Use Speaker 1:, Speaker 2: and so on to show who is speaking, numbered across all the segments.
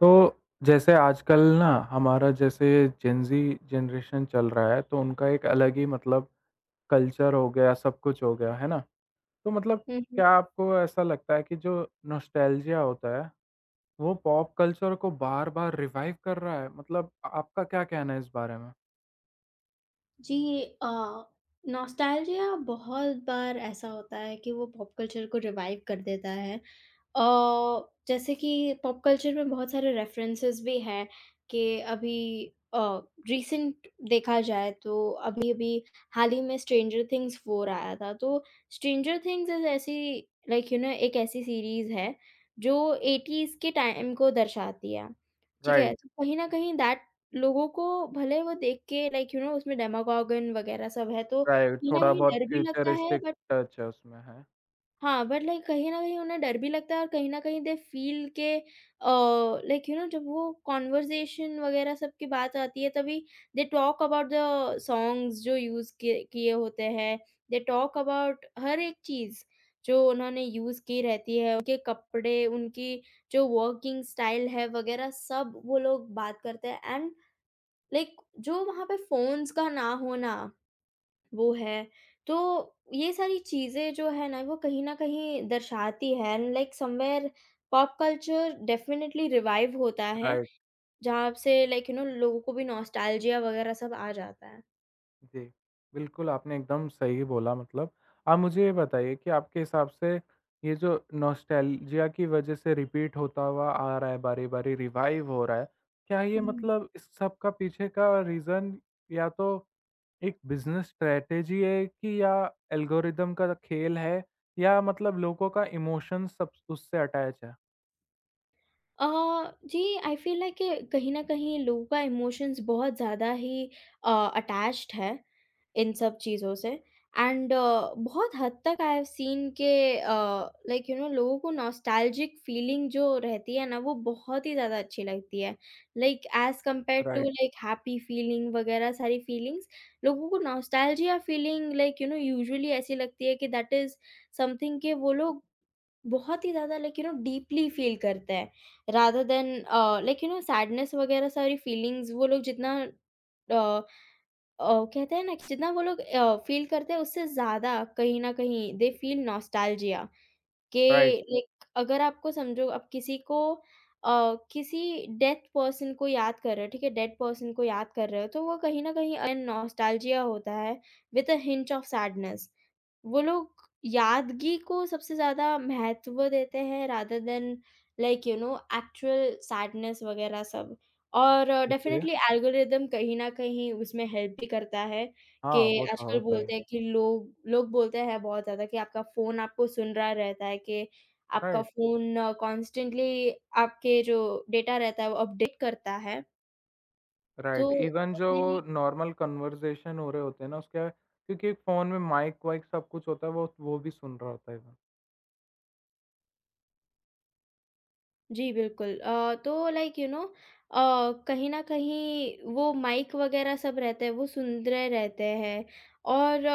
Speaker 1: तो जैसे आजकल ना हमारा जैसे जेनज़ी जनरेशन चल रहा है, तो उनका एक अलग ही मतलब कल्चर हो गया, सब कुछ हो गया, है ना? तो मतलब
Speaker 2: हुँ, हुँ।
Speaker 1: क्या आपको ऐसा लगता है कि जो नॉस्टैल्जिया होता है, वो पॉप कल्चर को बार-बार रिवाइव कर रहा है? मतलब आ आपका क्या कहना है इस बारे में?
Speaker 2: जी। अ, नॉस्टैल्जिया बहुत बार ऐसा होता है कि वो पॉप कल्चर को रिवाइव कर देता है। अ, जैसे कि पॉप कल्चर में बहुत सारे रेफ़रेंसेस भी हैं कि अभी अ, रीसेंट देखा जाए तो अभी-अभी हाल ही में स्ट्रेंजर थिंग्स 4 आया था। तो स्ट्रेंजर थिंग्स इज़ ऐसी, लाइक यू नो, एक ऐसी सीरीज़ है जो 80s के टाइम को दर्शाती है, ठीक है?
Speaker 1: राइट,
Speaker 2: तो कहीं न कहीं दैट लोगों को, भले वो देख के लाइक यू नो उसमें डेमागोगन वग़ैरह सब है, तो
Speaker 1: राइट,
Speaker 2: कहीं न
Speaker 1: थोड़ा
Speaker 2: कहीं
Speaker 1: बहुत
Speaker 2: डर भी लगता है,
Speaker 1: फ्यूचरिस्टिक
Speaker 2: बट
Speaker 1: टच है उसमें, हैं?
Speaker 2: हाँ, बट लाइक कहीं न कहीं उन्हें डर भी लगता है, और कहीं न कहीं दे फ़ील के लाइक यू नो जब वो कन्वर्सेशन वग़ैरह सब की बात आती है, तभी they talk about the songs जो यूज़ किए किए होते हैं। दे टॉक अबाउट हर एक चीज़ जो उन्होंने यूज़ की रहती है, उनके कपड़े, उनकी जो वर्किंग स्टाइल है वग़ैरह सब वो लोग बात करते हैं, एंड लाइक जो वहाँ पे फ़ोन्स का ना होना, वो है। तो ये सारी चीज़ें जो है ना, वो कहीं न कहीं दर्शाती है, and like somewhere pop culture definitely revive होता है,
Speaker 1: राइट।
Speaker 2: जहाँ से लाइक यू नो लोगों को भी नॉस्टैल्जिया वग़ैरह सब आ जाता
Speaker 1: जी, बिल्कुल आपने एकदम सही बोला मतलब। आप मुझे ये बताइए कि आपके हिसाब से ये जो नॉस्टैल्जिया की वजह से रिपीट होता हुआ आ रहा है, बारी-बारी रिवाइव हो रहा है, क्या ये
Speaker 2: है।
Speaker 1: मतलब इस सब का पीछे का रीज़न या तो एक बिज़नेस स्ट्रैटेजी है कि या एल्गोरिदम का खेल है या मतलब लोगों का इमोशन सब उससे अटैच है?
Speaker 2: अ, जी। आई फ़ील लाइक कि कहीं न कहीं लोगों का इमोशंस बहुत ज़्यादा ही अटैच्ड है इन सब चीज़ों से, एंड बहुत हद तक आई हैव सीन के लाइक यू नो लोगों को नॉस्टैल्जिक फीलिंग जो रहती है ना, वो बहुत ही ज़्यादा अच्छी लगती है। Like as compared to
Speaker 1: right,
Speaker 2: like happy feeling वगैरह सारी फीलिंग्स, लोगों को nostalgia feeling like you know usually ऐसी लगती है कि दैट इज़ समथिंग, कि वो लोग बहुत ही ज़्यादा like you know deeply feel करते हैं, rather than like you know sadness वगैरह सारी फ़ीलिंग्स। वो लोग जितना अ कहते हैं ना, कि जितना वो लोग फ़ील करते हैं, उससे ज़्यादा कहीं न कहीं दे फ़ील नॉस्टैल्जिया के।
Speaker 1: राइट,
Speaker 2: लाइक अगर आपको समझो, आप किसी को किसी डेड पर्सन को याद कर रहे हो, ठीक है? डेड पर्सन को याद कर रहे हो, तो वो कहीं न कहीं नॉस्टैल्जिया होता है with a hint of sadness. वो लोग यादगी को सबसे ज़्यादा महत्व देते हैं, rather than like you know actual sadness वगैरह सब। और
Speaker 1: ओके।
Speaker 2: डेफ़िनेटली एल्गोरिदम कहीं न कहीं उसमें हेल्प भी करता है, कि
Speaker 1: हाँ, वो तो
Speaker 2: आजकल
Speaker 1: होता ही है।
Speaker 2: बोलते हैं कि लोग लोग बोलते हैं बहुत ज़्यादा, कि आपका फ़ोन आपको सुन रहा रहता है, कि आपका
Speaker 1: राइट।
Speaker 2: फ़ोन कॉन्स्टेंटली आपके जो डेटा रहता है वो अपडेट करता है। तो
Speaker 1: राइट, इवन जो वो नॉर्मल कन्वर्सेशन हो रहे होते हैं ना उसके क्योंकि एक फोन में माइक वाइक सब कुछ होता है वो भी सुन रहा होता है इवन।
Speaker 2: जी, बिल्कुल। तो लाइक यू नो अ, कहीं न कहीं वो माइक वगैरह सब रहते हैं, वो सुन रहे रहते हैं, और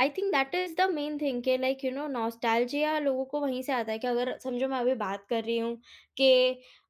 Speaker 2: I think that is the main thing के लाइक यू नो नॉस्टैल्जिया लोगों को वहीं से आता है। कि अगर समझो, मैं अभी बात कर रही हूँ कि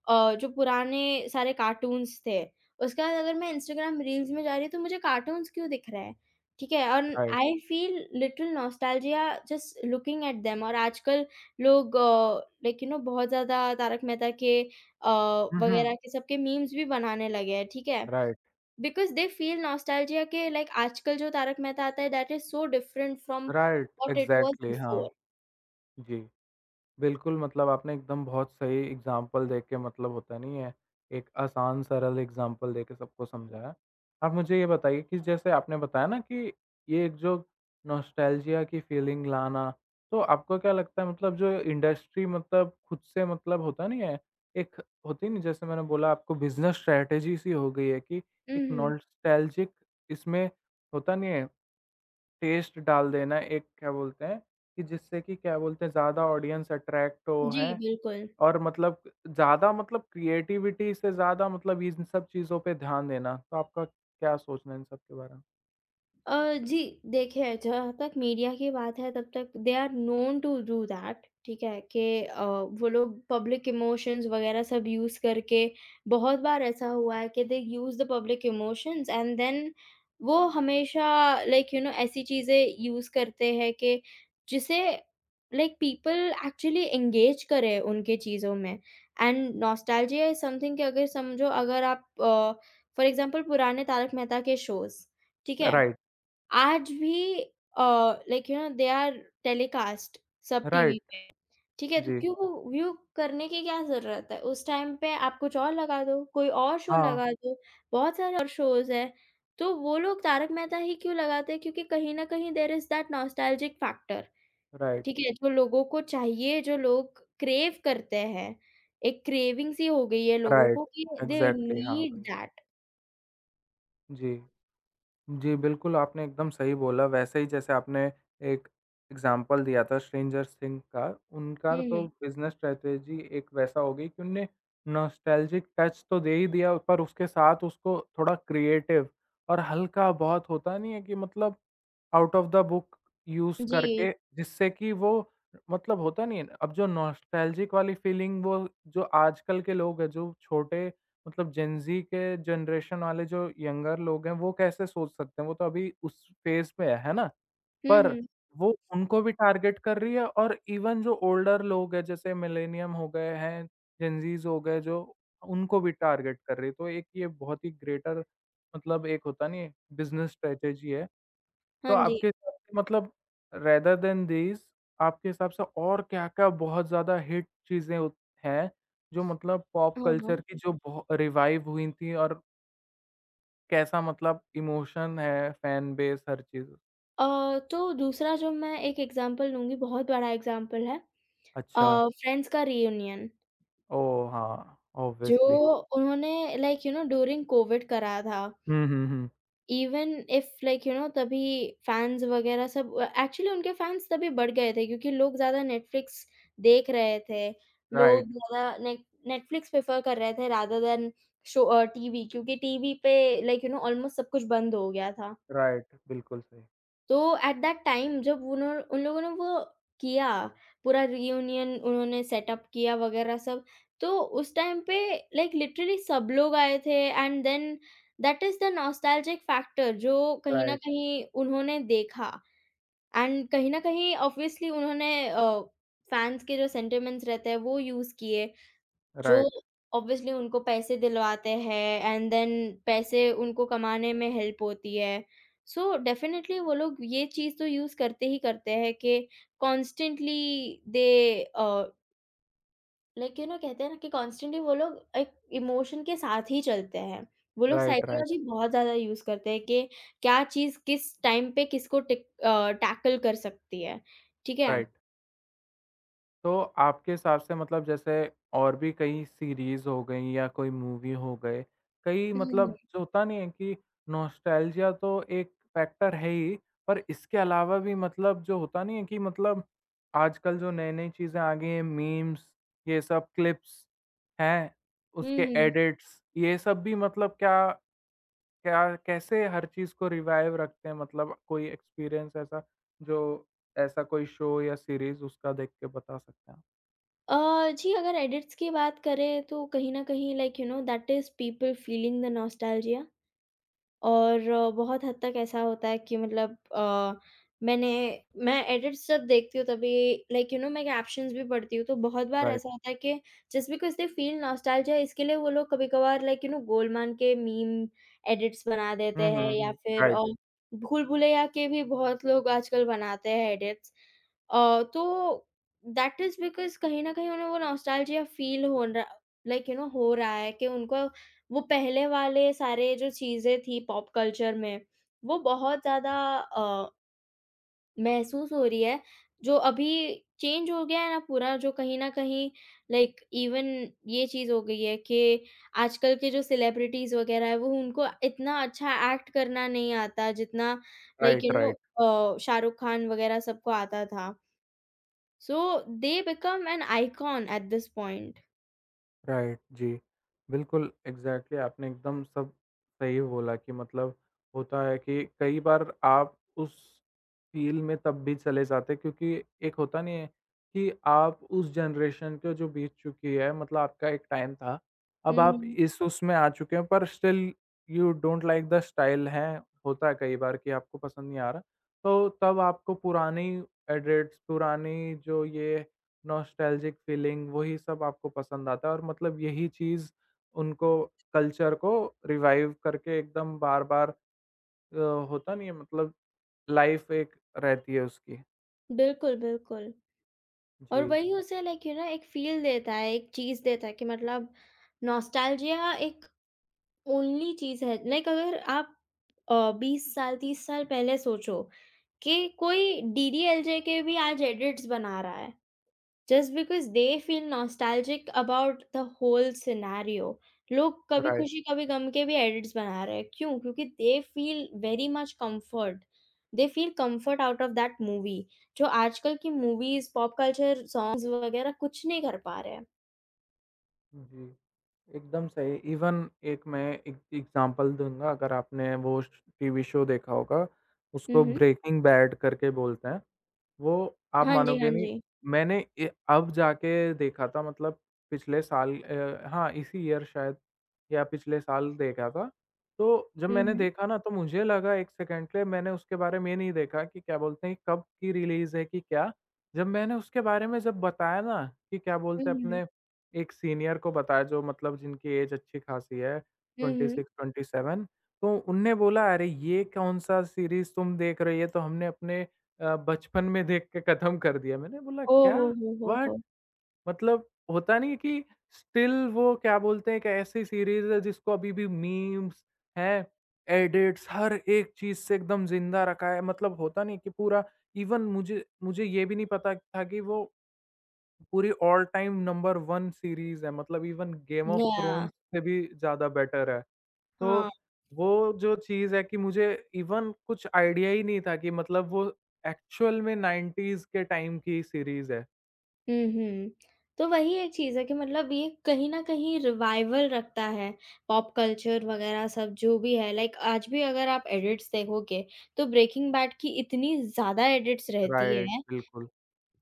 Speaker 2: जो पुराने सारे कार्टून्स थे, उसके बाद अगर मैं इंस्टाग्राम रील्स में जा रही हूँ, तो मुझे कार्टून्स क्यों दिख रहा है? ठीक है? And
Speaker 1: right.
Speaker 2: I feel little nostalgia just looking at them. और आजकल लोग लाइक यू नो बहुत ज़्यादा तारक मेहता के
Speaker 1: हम्म।
Speaker 2: वगैरह के सबके मीम्स भी बनाने लगे हैं, ठीक है?
Speaker 1: Right,
Speaker 2: because they feel nostalgia के, लाइक आजकल जो तारक मेहता आता है, that is so different from
Speaker 1: right,
Speaker 2: what it was
Speaker 1: exactly.
Speaker 2: Before.
Speaker 1: हाँ जी, बिल्कुल, मतलब आपने एकदम बहुत सही एग्ज़ाम्पल देके मतलब होता नहीं है, एक आसान सरल एग्ज़ाम्पल देके सबको समझाया। आप मुझे ये बताइए कि जैसे आपने बताया ना कि ये एक जो नॉस्टैल्जिया की फ़ीलिंग लाना, तो आपको क्या लगता है मतलब जो इंडस्ट्री मतलब खुद से मतलब होता नहीं है, एक होती नहीं जैसे मैंने बोला आपको बिज़नेस स्ट्रैटेजी सी हो गई है कि
Speaker 2: हुँ,
Speaker 1: एक
Speaker 2: हुँ।
Speaker 1: नॉस्टैल्जिक इसमें होता नहीं है टेस्ट डाल देना, एक क्या बोलते हैं कि जिससे कि क्या बोलते हैं ज़्यादा ऑडियंस अट्रैक्ट हो,
Speaker 2: जी,
Speaker 1: है?
Speaker 2: बिल्कुल।
Speaker 1: और मतलब ज़्यादा मतलब क्रिएटिविटी से ज़्यादा मतलब इन सब चीज़ों पे ध्यान देना। तो आपका क्या सोचना है इन सब के बारे में?
Speaker 2: जी, देखिए, जहाँ तक मीडिया की बात है, तब तक they are known to do that. ठीक है? कि वो लोग पब्लिक इमोशंस वग़ैरह सब यूज़ करके, बहुत बार ऐसा हुआ है कि they use the public emotions, and then वो हमेशा लाइक यू नो ऐसी चीज़ें यूज़ करते हैं कि जिसे लाइक पीपल एक्चुअली एंगेज करें उनके चीज़ों में, एंड नॉस्टैल्जिया इज़ समथिंग। कि अगर समझो, अगर आप फॉर एग्ज़ाम्पल पुराने तारक मेहता के शोज़, ठीक है?
Speaker 1: राइट,
Speaker 2: आज भी like you know they are telecast Sab TV
Speaker 1: right,
Speaker 2: पे, ठीक है? तो
Speaker 1: जी।
Speaker 2: क्यों व्यू करने की क्या ज़रूरत है? उस टाइम पे आप कुछ और लगा दो, कोई और शो
Speaker 1: हाँ,
Speaker 2: लगा दो, बहुत सारे और शोज़ हैं। तो वो लोग तारक मेहता ही क्यों लगाते हैं? क्योंकि कहीं न कहीं there is that nostalgic factor,
Speaker 1: right,
Speaker 2: ठीक है? जो लोगों को चाहिए, जो लोग क्रेव करते हैं, एक क्रेविंग सी हो गई है लोगों
Speaker 1: राइट,
Speaker 2: को कि दे
Speaker 1: एग्ज़ैक्टली। हाँ,
Speaker 2: नीड
Speaker 1: वही।
Speaker 2: दैट।
Speaker 1: जी। जी, बिल्कुल, आपने एकदम सही बोला। वैसे ही जैसे आपने एक एग्ज़ाम्पल दिया था स्ट्रेंजर थिंग का, उनका
Speaker 2: हुँ,
Speaker 1: तो
Speaker 2: हुँ।
Speaker 1: बिज़नेस स्ट्रैटेजी एक वैसा हो गई कि उनने नॉस्टैल्जिक टच तो दे ही दिया, पर उसके साथ उसको थोड़ा क्रिएटिव और हल्का बहुत होता नहीं है कि मतलब out of the book use
Speaker 2: जी।
Speaker 1: करके जिससे कि वो मतलब होता नहीं है ना, अब जो नॉस्टैल्जिक वाली फीलिंग वो जो आजकल के लोग हैं, जो छोटे मतलब जेन ज़ी के जनरेशन वाले जो यंगर लोग हैं, वो कैसे सोच सकते हैं? वो तो अभी उस फ़ेज़ पे है ना?
Speaker 2: हुँ,
Speaker 1: पर
Speaker 2: हुँ।
Speaker 1: वो उनको भी टारगेट कर रही है और इवन जो ओल्डर लोग हैं, जैसे मिलेनियम हो गए हैं, जेन ज़ीज़ हो गए जो, उनको भी टारगेट कर रही है। तो एक ये बहुत ही ग्रेटर मतलब एक होता नहीं है, बिज़नेस स्ट्रैटेजी है।
Speaker 2: हाँ
Speaker 1: तो
Speaker 2: जी।
Speaker 1: आपके हिसाब से मतलब रेदर देन दीज़ आपके हिसाब से और क्या-क्या बहुत ज़्यादा हिट चीज़ें उत हैं, जो मतलब पॉप
Speaker 2: हाँ, हाँ।
Speaker 1: कल्चर की जो बहु रिवाइव हुई थी, और कैसा मतलब इमोशन है, फैन बेस हर चीज़?
Speaker 2: तो दूसरा जो मैं एक एग्ज़ाम्पल लूँगी, बहुत बड़ा एग्ज़ाम्पल है,
Speaker 1: अच्छा।
Speaker 2: अ, फ्रेंड्स का रियूनियन,
Speaker 1: ओह! हाँ,
Speaker 2: जो
Speaker 1: ऑब्वियसली।
Speaker 2: उन्होंने like you know during Covid कराया था।
Speaker 1: हुँ, हुँ, हुँ।
Speaker 2: Even if like you know तभी फैन्स वग़ैरह सब एक्चुअली उनके फैन्स तभी बढ़ गए थे, क्योंकि लोग ज़्यादा नेटफ्लिक्स देख रहे थे। लोग
Speaker 1: राइट,
Speaker 2: ज़्यादा नेटफ्लिक्स प्रेफ़र कर रहे थे रादर दैन शो टीवी, क्योंकि टीवी पे लाइक यू नो ऑलमोस्ट सब कुछ बंद हो गया था।
Speaker 1: राइट, बिल्कुल सही।
Speaker 2: तो एट दैट टाइम, जब उन्हों उन लोगों ने वो किया, पूरा रियूनियन उन्होंने सेटअप किया वगैरह सब, तो उस टाइम पे लाइक लिटरली सब लोग आए थे, and then that is the nostalgic factor जो कहीं न
Speaker 1: राइट,
Speaker 2: कहीं उन्होंने देखा, एंड कहीं न कहीं ऑब्वियसली उन्होंने फैन्स के जो सेंटिमेंट्स रहते हैं वो यूज़ किए, जो
Speaker 1: राइट,
Speaker 2: ऑब्वियसली उनको पैसे दिलवाते हैं, एंड देन पैसे उनको कमाने में हेल्प होती है। सो डेफ़िनेटली वो लोग ये चीज़ तो यूज़ करते ही करते हैं, कि constantly they like you know कहते हैं ना कि कॉन्स्टेंटली वो लोग एक इमोशन के साथ ही चलते हैं। वो लोग
Speaker 1: राइट, राइट,
Speaker 2: साइकोलॉजी बहुत ज़्यादा यूज़ करते हैं कि क्या चीज़ किस टाइम पे किसको टैकल कर सकती है। ठीक है?
Speaker 1: राइट। तो आपके हिसाब से मतलब जैसे और भी कई सीरीज़ हो गई या कोई मूवी हो गए, कई
Speaker 2: हुँ,
Speaker 1: मतलब
Speaker 2: हुँ।
Speaker 1: जो होता नहीं है कि नॉस्टैल्जिया तो एक फैक्टर है ही, पर इसके अलावा भी मतलब जो होता नहीं है कि मतलब आजकल जो नई-नई चीज़ें आ गई हैं, मीम्स, ये सब क्लिप्स हैं,
Speaker 2: हुँ,
Speaker 1: उसके
Speaker 2: हुँ।
Speaker 1: एडिट्स, ये सब भी मतलब क्या क्या कैसे हर चीज़ को रिवाइव रखते हैं? मतलब कोई एक्सपीरियंस ऐसा जो ऐसा कोई शो या सीरीज़ उसका देख के बता सकते हैं आप?
Speaker 2: अ, जी, अगर एडिट्स की बात करें, तो कहीं न कहीं like you know that is people feeling the nostalgia. और बहुत हद तक ऐसा होता है कि मतलब मैंने मैं एडिट्स जब देखती हूँ, तभी लाइक यू नो मैं कैप्शंस भी पढ़ती हूँ, तो बहुत बार
Speaker 1: राइट।
Speaker 2: ऐसा होता है कि just because they feel nostalgia, इसके लिए वो लोग कभी-कभार लाइक यू नो गोलमाल के मीम एडिट्स बना देते
Speaker 1: हुँ,
Speaker 2: हैं,
Speaker 1: हुँ,
Speaker 2: या
Speaker 1: हुँ।
Speaker 2: फिर
Speaker 1: राइट,
Speaker 2: भूल-भुलैया के भी बहुत लोग आजकल बनाते हैं एडिट्स। तो दैट इज़ बिकॉज़ कहीं न कहीं उन्हें वो नॉस्टैल्जिया फील हो रहा, लाइक यू नो हो रहा है कि उनको वो पहले वाले सारे जो चीज़ें थी पॉप कल्चर में, वो बहुत ज़्यादा महसूस हो रही है, जो अभी चेंज हो गया है ना पूरा, जो कहीं न कहीं लाइक इवन ये चीज़ हो गई है कि आजकल के जो सेलिब्रिटीज़ वग़ैरह है, वो उनको इतना अच्छा एक्ट करना नहीं आता, जितना like you
Speaker 1: right,
Speaker 2: no
Speaker 1: right,
Speaker 2: Shahrukh Khan वग़ैरह सबको आता था। So they become an icon at this point.
Speaker 1: Right, जी। बिल्कुल, एग्ज़ैक्टली आपने एकदम सब सही बोला कि मतलब होता है कि कई बार आप उस फ़ील्ड में तब भी चले जाते हैं क्योंकि एक होता नहीं है कि आप उस जनरेशन को जो बीत चुकी है मतलब आपका एक टाइम था। अब आप
Speaker 2: हुँ,
Speaker 1: इस उसमें आ चुके हैं पर still you don't like the style, हैं, होता है कई बार कि आपको पसंद नहीं आ रहा। तो तब आपको पुरानी एडिट्स, पुरानी जो ये नॉस्टैल्जिक फीलिंग वही सब आपको पसंद आता है, और मतलब यही चीज़ उनको कल्चर को रिवाइव करके एकदम बार-बार अ, होता नहीं है मतलब लाइफ एक रहती है उसकी।
Speaker 2: बिल्कुल, बिल्कुल। और
Speaker 1: जी,
Speaker 2: वही उसे लाइक यू नो एक फ़ील देता है, एक चीज़ देता है कि मतलब नॉस्टैल्जिया एक ओनली चीज़ है। लाइक अगर आप 20 साल, 30 साल पहले सोचो, कि कोई डीडीएलजे के भी आज एडिट्स बना रहा है। Just because they feel nostalgic about the whole scenario, लोग कभी
Speaker 1: राइट।
Speaker 2: खुशी कभी गम के भी एडिट्स बना रहे हैं, क्यों? क्योंकि they feel very much comfort, they feel comfort out of that movie, जो आजकल की मूवीज़, पॉप कल्चर, सॉन्ग्स वगैरह कुछ नहीं कर पा रहे हैं।
Speaker 1: जी, एकदम सही। इवन एक मैं एक एग्ज़ाम्पल दूँगा अगर आपने वो श टीवी शो देखा होगा,
Speaker 2: हुँ,
Speaker 1: उसको
Speaker 2: हुँ।
Speaker 1: ब्रेकिंग बैड करके बोलते हैं। वो आप
Speaker 2: हाँ जी,
Speaker 1: मानोगे
Speaker 2: हाँ
Speaker 1: नहीं,
Speaker 2: जी।
Speaker 1: मैंने ए अब जाके देखा था मतलब पिछले साल हाँ, इसी ईयर शायद या पिछले साल देखा था। तो जब
Speaker 2: हुँ,
Speaker 1: मैंने
Speaker 2: हुँ।
Speaker 1: देखा ना तो मुझे लगा 1 सेकंड के लिए मैंने उसके बारे में ये नहीं देखा कि क्या बोलते हैं कब की रिलीज़ है कि क्या। जब मैंने उसके बारे में जब बताया ना कि क्या
Speaker 2: हुँ,
Speaker 1: बोलते हैं
Speaker 2: हुँ।
Speaker 1: अपने एक सीनियर को बताया जो मतलब जिनकी ऐज अच्छी खासी है,
Speaker 2: हुँ, हुँ।
Speaker 1: 26-27, तो उनने बोला, "अरे! ये कौन-सा सीरीज़ तुम देख रही है?" तो हमने अपने बचपन में देख के खत्म कर दिया, मैंने बोला
Speaker 2: ओह
Speaker 1: क्या?
Speaker 2: हो,
Speaker 1: व्हाट?
Speaker 2: हो!
Speaker 1: मतलब होता नहीं है कि स्टिल वो क्या बोलते हैं एक ऐसी सीरीज़ है जिसको अभी भी मीम्स हैं, एडिट्स हर एक चीज़ से एकदम ज़िंदा रखा है। मतलब होता नहीं है कि पूरा इवन मुझे मुझे ये भी नहीं पता था कि वो पूरी ऑल टाइम नंबर 1 सीरीज़ है। मतलब even game of
Speaker 2: yeah!
Speaker 1: Thrones से भी ज़्यादा बेटर है। तो
Speaker 2: हाँ।
Speaker 1: वो जो चीज़ है कि मुझे इवन कुछ आइडिया ही नहीं था कि मतलब वो एक्चुअल में 90s के टाइम की सीरीज़ है।
Speaker 2: हुँ, हुँ। तो वही एक चीज़ है कि मतलब ये कहीं न कहीं रिवाइवल रखता है, पॉप कल्चर वग़ैरह सब जो भी है, लाइक आज भी अगर आप एडिट्स देखोगे, तो ब्रेकिंग बैड की इतनी ज़्यादा एडिट्स रहती
Speaker 1: राइट,
Speaker 2: है
Speaker 1: बिल्कुल,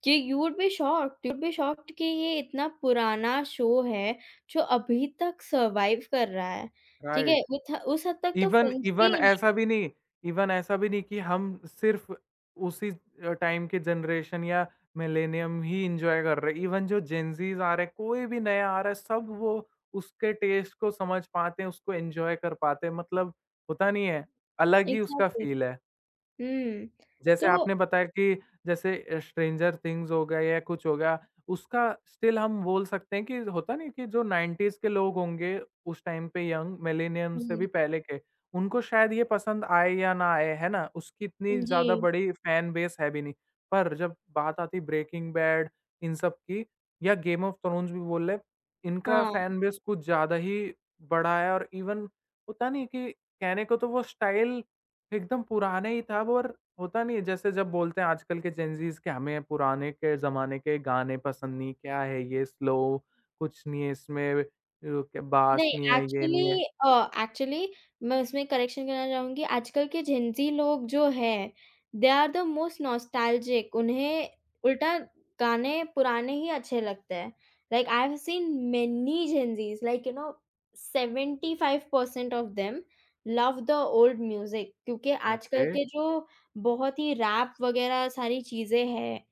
Speaker 2: कि you would be shocked, you would be shocked कि ये इतना पुराना शो है, जो अभी तक सर्वाइव कर रहा है। ठीक है?
Speaker 1: राइट।
Speaker 2: उथ उस हद तक तो
Speaker 1: इवन
Speaker 2: फ्रेंड्स भी
Speaker 1: इवन
Speaker 2: नहीं।
Speaker 1: ऐसा भी नहीं, इवन ऐसा भी नहीं कि हम सिर्फ़ उसी टाइम के जनरेशन या मिलेनियम ही एन्जॉय कर रहे हैं। इवन जो जेनज़ीज़ आ रहे हैं, कोई भी नया आ रहा है, सब वो उसके टेस्ट को समझ पाते हैं, उसको एन्जॉय कर पाते हैं। मतलब होता नहीं है, अलग ही उसका
Speaker 2: एग्ज़ैक्टली।
Speaker 1: फ़ील है।
Speaker 2: हुँ।
Speaker 1: जैसे
Speaker 2: तो
Speaker 1: आपने बताया कि जैसे स्ट्रेंजर थिंग्स हो गया या कुछ हो गया, उसका स्टिल हम बोल सकते हैं कि होता नहीं कि जो 90s के लोग होंगे उस टाइम पे यंग मिलेनियम से
Speaker 2: हुँ,
Speaker 1: भी पहले के, उनको शायद ये पसंद आए या ना आए, है ना? उसकी इतनी
Speaker 2: जी,
Speaker 1: ज़्यादा बड़ी फैन बेस है भी नहीं। पर जब बात आती ब्रेकिंग बैड इन सब की या गेम ऑफ थ्रोन्स भी बोल लें, इनका
Speaker 2: हाँ।
Speaker 1: फैन बेस कुछ ज़्यादा ही बड़ा है, और इवन होता नहीं कि कहने को तो वो स्टाइल एकदम पुराना ही था और होता नहीं है जैसे जब बोलते हैं आजकल के जेनज़ीज़ कि हमें पुराने के ज़माने के गाने पसंद नहीं, क्या है ये स्लो कुछ नहीं है इसमें क्या बास
Speaker 2: नहीं,
Speaker 1: नहीं है, ये नहीं है।
Speaker 2: एक्चुअली मैं उसमें करेक्शन करना चाहूँगी। आजकल के जेनज़ी लोग जो हैं, they are the most nostalgic. उन्हें उल्टा गाने पुराने ही अच्छे लगते हैं। Like I have seen many Gen Zs like you know 75% of them love the old music, क्योंकि आजकल
Speaker 1: ओके।
Speaker 2: के जो बहुत ही रैप वगैरह सारी चीज़ें हैं,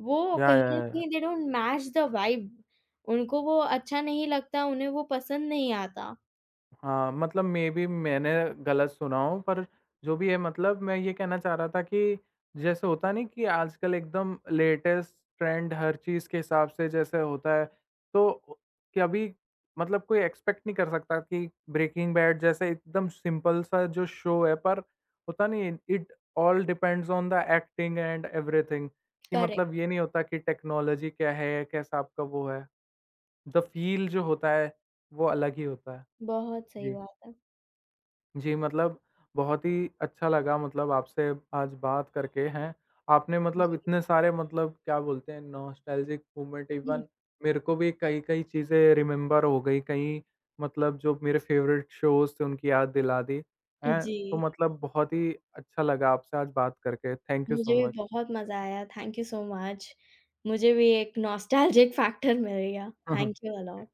Speaker 2: वो कहीं
Speaker 1: या,
Speaker 2: न
Speaker 1: या।
Speaker 2: कहीं they don't match the vibe. उनको वो अच्छा नहीं लगता, उन्हें वो पसंद नहीं आता।
Speaker 1: हाँ, मतलब मेबी मैंने गलत सुना हो पर जो भी है मतलब मैं ये कहना चाह रहा था कि जैसे होता नहीं कि आजकल एकदम लेटेस्ट ट्रेंड हर चीज़ के हिसाब से जैसे होता है, तो कभी मतलब कोई एक्सपेक्ट नहीं कर सकता कि ब्रेकिंग बैड जैसे एकदम सिंपल सा जो शो है पर होता नहीं, it all depends on the acting and everything कि
Speaker 2: करेक्ट।
Speaker 1: मतलब ये नहीं होता कि टेक्नोलॉजी क्या है, कैसा आपका वो है, द फील जो होता है, वो अलग ही होता है।
Speaker 2: बहुत सही
Speaker 1: जी।
Speaker 2: बात है।
Speaker 1: जी, मतलब बहुत ही अच्छा लगा मतलब आपसे आज बात करके हैं। आपने मतलब
Speaker 2: जी।
Speaker 1: इतने सारे मतलब क्या बोलते हैं नॉस्टैल्जिक मोमेंट
Speaker 2: जी।
Speaker 1: इवन मेरे को भी कई-कई चीज़ें रिमेंबर हो गई, कई मतलब जो मेरे फेवरेट शोज़ थे उनकी याद दिला दी, हैं। तो
Speaker 2: जी,
Speaker 1: मतलब बहुत ही अच्छा लगा आपसे आज बात करके। थैंक यू
Speaker 2: मुझे
Speaker 1: सो
Speaker 2: भी
Speaker 1: मच।
Speaker 2: बहुत मज़ा आया, थैंक यू सो मच। मुझे भी एक नॉस्टैल्जिक फैक्टर मिल गया, थैंक यू अ लॉट।